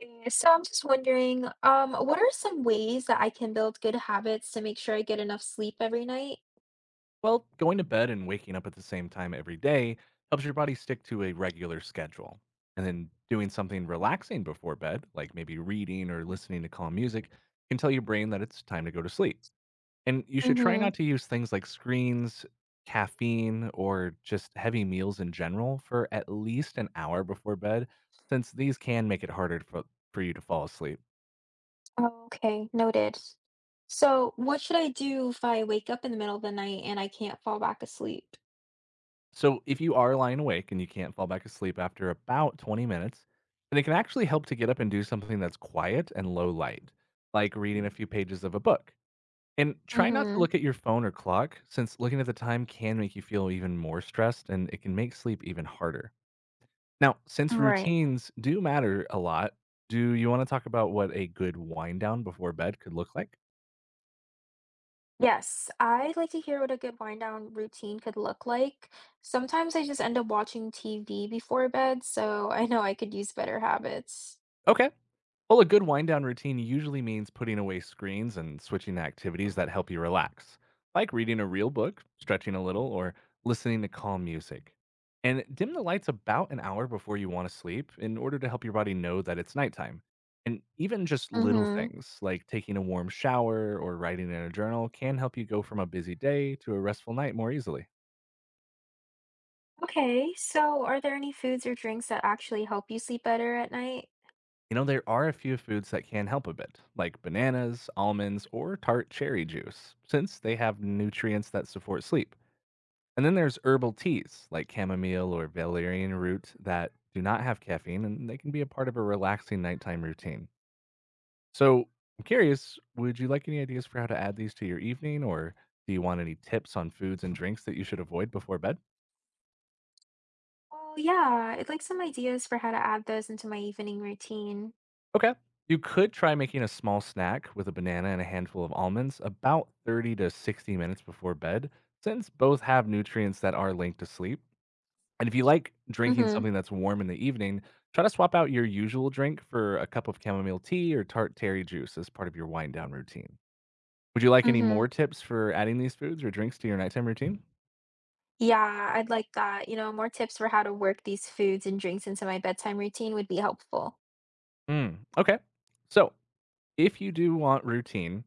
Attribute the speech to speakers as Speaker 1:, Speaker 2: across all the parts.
Speaker 1: Yeah, so I'm just wondering, what are some ways that I can build good habits to make sure I get enough sleep every night?
Speaker 2: Well, going to bed and waking up at the same time every day helps your body stick to a regular schedule. And then doing something relaxing before bed, like maybe reading or listening to calm music, can tell your brain that it's time to go to sleep. And you should try
Speaker 1: Mm-hmm.
Speaker 2: not to use things like screens, caffeine, or just heavy meals in general for at least an hour before bed, since these can make it harder for you to fall asleep.
Speaker 1: Okay, noted. So what should I do if I wake up in the middle of the night and I can't fall back asleep?
Speaker 2: So, if you are lying awake and you can't fall back asleep after about 20 minutes, then it can actually help to get up and do something that's quiet and low light, like reading a few pages of a book. And try not to
Speaker 1: Mm-hmm.
Speaker 2: look at your phone or clock, since looking at the time can make you feel even more stressed and it can make sleep even harder. Now, since
Speaker 1: Right.
Speaker 2: routines do matter a lot, do you want to talk about what a good wind down before bed could look like?
Speaker 1: Yes, I'd like to hear what a good wind down routine could look like. Sometimes I just end up watching TV before bed, so I know I could use better habits.
Speaker 2: Okay. Well, a good wind down routine usually means putting away screens and switching to activities that help you relax, like reading a real book, stretching a little, or listening to calm music. And dim the lights about an hour before you want to sleep in order to help your body know that it's nighttime. And even just little
Speaker 1: Mm-hmm.
Speaker 2: things like taking a warm shower or writing in a journal can help you go from a busy day to a restful night more easily.
Speaker 1: Okay, so are there any foods or drinks that actually help you sleep better at night?
Speaker 2: You know, there are a few foods that can help a bit, like bananas, almonds, or tart cherry juice, since they have nutrients that support sleep. And then there's herbal teas like chamomile or valerian root that do not have caffeine and they can be a part of a relaxing nighttime routine. So, I'm curious, would you like any ideas for how to add these to your evening, or do you want any tips on foods and drinks that you should avoid before bed?
Speaker 1: Oh, yeah, I'd like some ideas for how to add those into my evening routine.
Speaker 2: Okay. You could try making a small snack with a banana and a handful of almonds about 30 to 60 minutes before bed, since both have nutrients that are linked to sleep. And if you like drinking
Speaker 1: Mm-hmm.
Speaker 2: something that's warm in the evening, try to swap out your usual drink for a cup of chamomile tea or tart terry juice as part of your wind down routine. Would you like any
Speaker 1: Mm-hmm.
Speaker 2: more tips for adding these foods or drinks to your nighttime routine?
Speaker 1: Yeah, I'd like that. You know, more tips for how to work these foods and drinks into my bedtime routine would be helpful.
Speaker 2: Mm, okay. So, if you do want routine,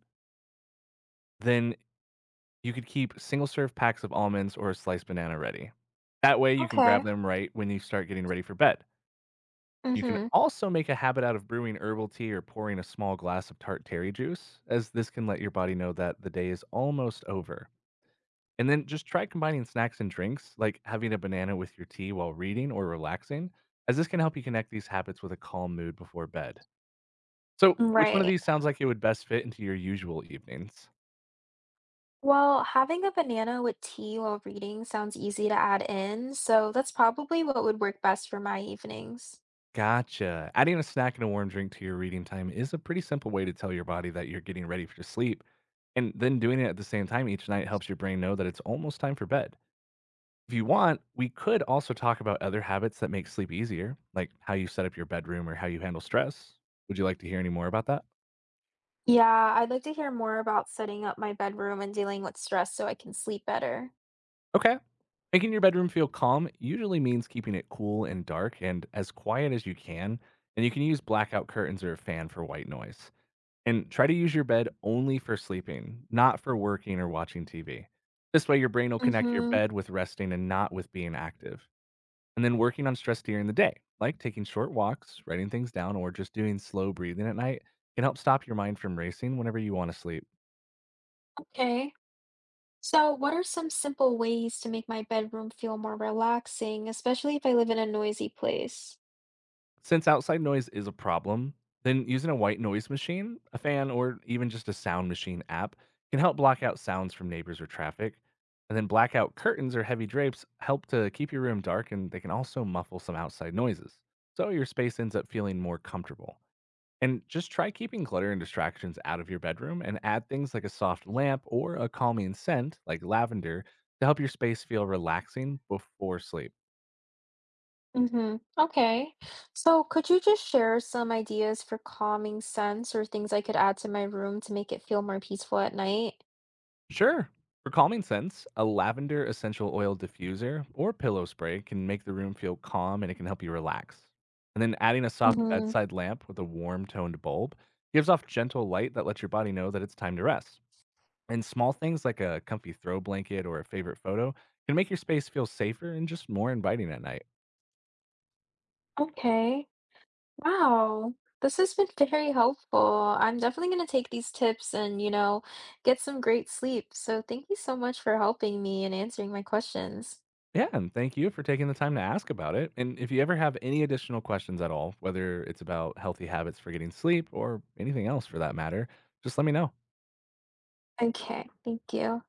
Speaker 2: then you could keep single serve packs of almonds or a sliced banana ready. That way, you can
Speaker 1: Okay.
Speaker 2: grab them right when you start getting ready for bed. You can
Speaker 1: Mm-hmm.
Speaker 2: also make a habit out of brewing herbal tea or pouring a small glass of tart terry juice, as this can let your body know that the day is almost over. And then just try combining snacks and drinks, like having a banana with your tea while reading or relaxing, as this can help you connect these habits with a calm mood before bed. So, which one of
Speaker 1: Right.
Speaker 2: these sounds like it would best fit into your usual evenings?
Speaker 1: Well, having a banana with tea while reading sounds easy to add in, so that's probably what would work best for my evenings.
Speaker 2: Gotcha. Adding a snack and a warm drink to your reading time is a pretty simple way to tell your body that you're getting ready for sleep. And then doing it at the same time each night helps your brain know that it's almost time for bed. If you want, we could also talk about other habits that make sleep easier, like how you set up your bedroom or how you handle stress. Would you like to hear any more about that?
Speaker 1: Yeah, I'd like to hear more about setting up my bedroom and dealing with stress so I can sleep better.
Speaker 2: Okay. Making your bedroom feel calm usually means keeping it cool and dark and as quiet as you can. And you can use blackout curtains or a fan for white noise. And try to use your bed only for sleeping, not for working or watching TV. This way, your brain will connect your
Speaker 1: Mm-hmm.
Speaker 2: bed with resting and not with being active. And then working on stress during the day, like taking short walks, writing things down, or just doing slow breathing at night, can help stop your mind from racing whenever you want to sleep.
Speaker 1: Okay. So, what are some simple ways to make my bedroom feel more relaxing, especially if I live in a noisy place?
Speaker 2: Since outside noise is a problem, then using a white noise machine, a fan, or even just a sound machine app can help block out sounds from neighbors or traffic. And then blackout curtains or heavy drapes help to keep your room dark, and they can also muffle some outside noises, so your space ends up feeling more comfortable. And just try keeping clutter and distractions out of your bedroom, and add things like a soft lamp or a calming scent like lavender to help your space feel relaxing before sleep.
Speaker 1: Mm-hmm. Okay. So, could you just share some ideas for calming scents or things I could add to my room to make it feel more peaceful at night?
Speaker 2: Sure. For calming scents, a lavender essential oil diffuser or pillow spray can make the room feel calm and it can help you relax. And then adding a soft
Speaker 1: Mm-hmm.
Speaker 2: bedside lamp with a warm toned bulb gives off gentle light that lets your body know that it's time to rest. And small things like a comfy throw blanket or a favorite photo can make your space feel safer and just more inviting at night.
Speaker 1: Okay. Wow, this has been very helpful. I'm definitely going to take these tips and, get some great sleep. So thank you so much for helping me and answering my questions.
Speaker 2: Yeah, and thank you for taking the time to ask about it. And if you ever have any additional questions at all, whether it's about healthy habits for getting sleep or anything else for that matter, just let me know.
Speaker 1: Okay, thank you.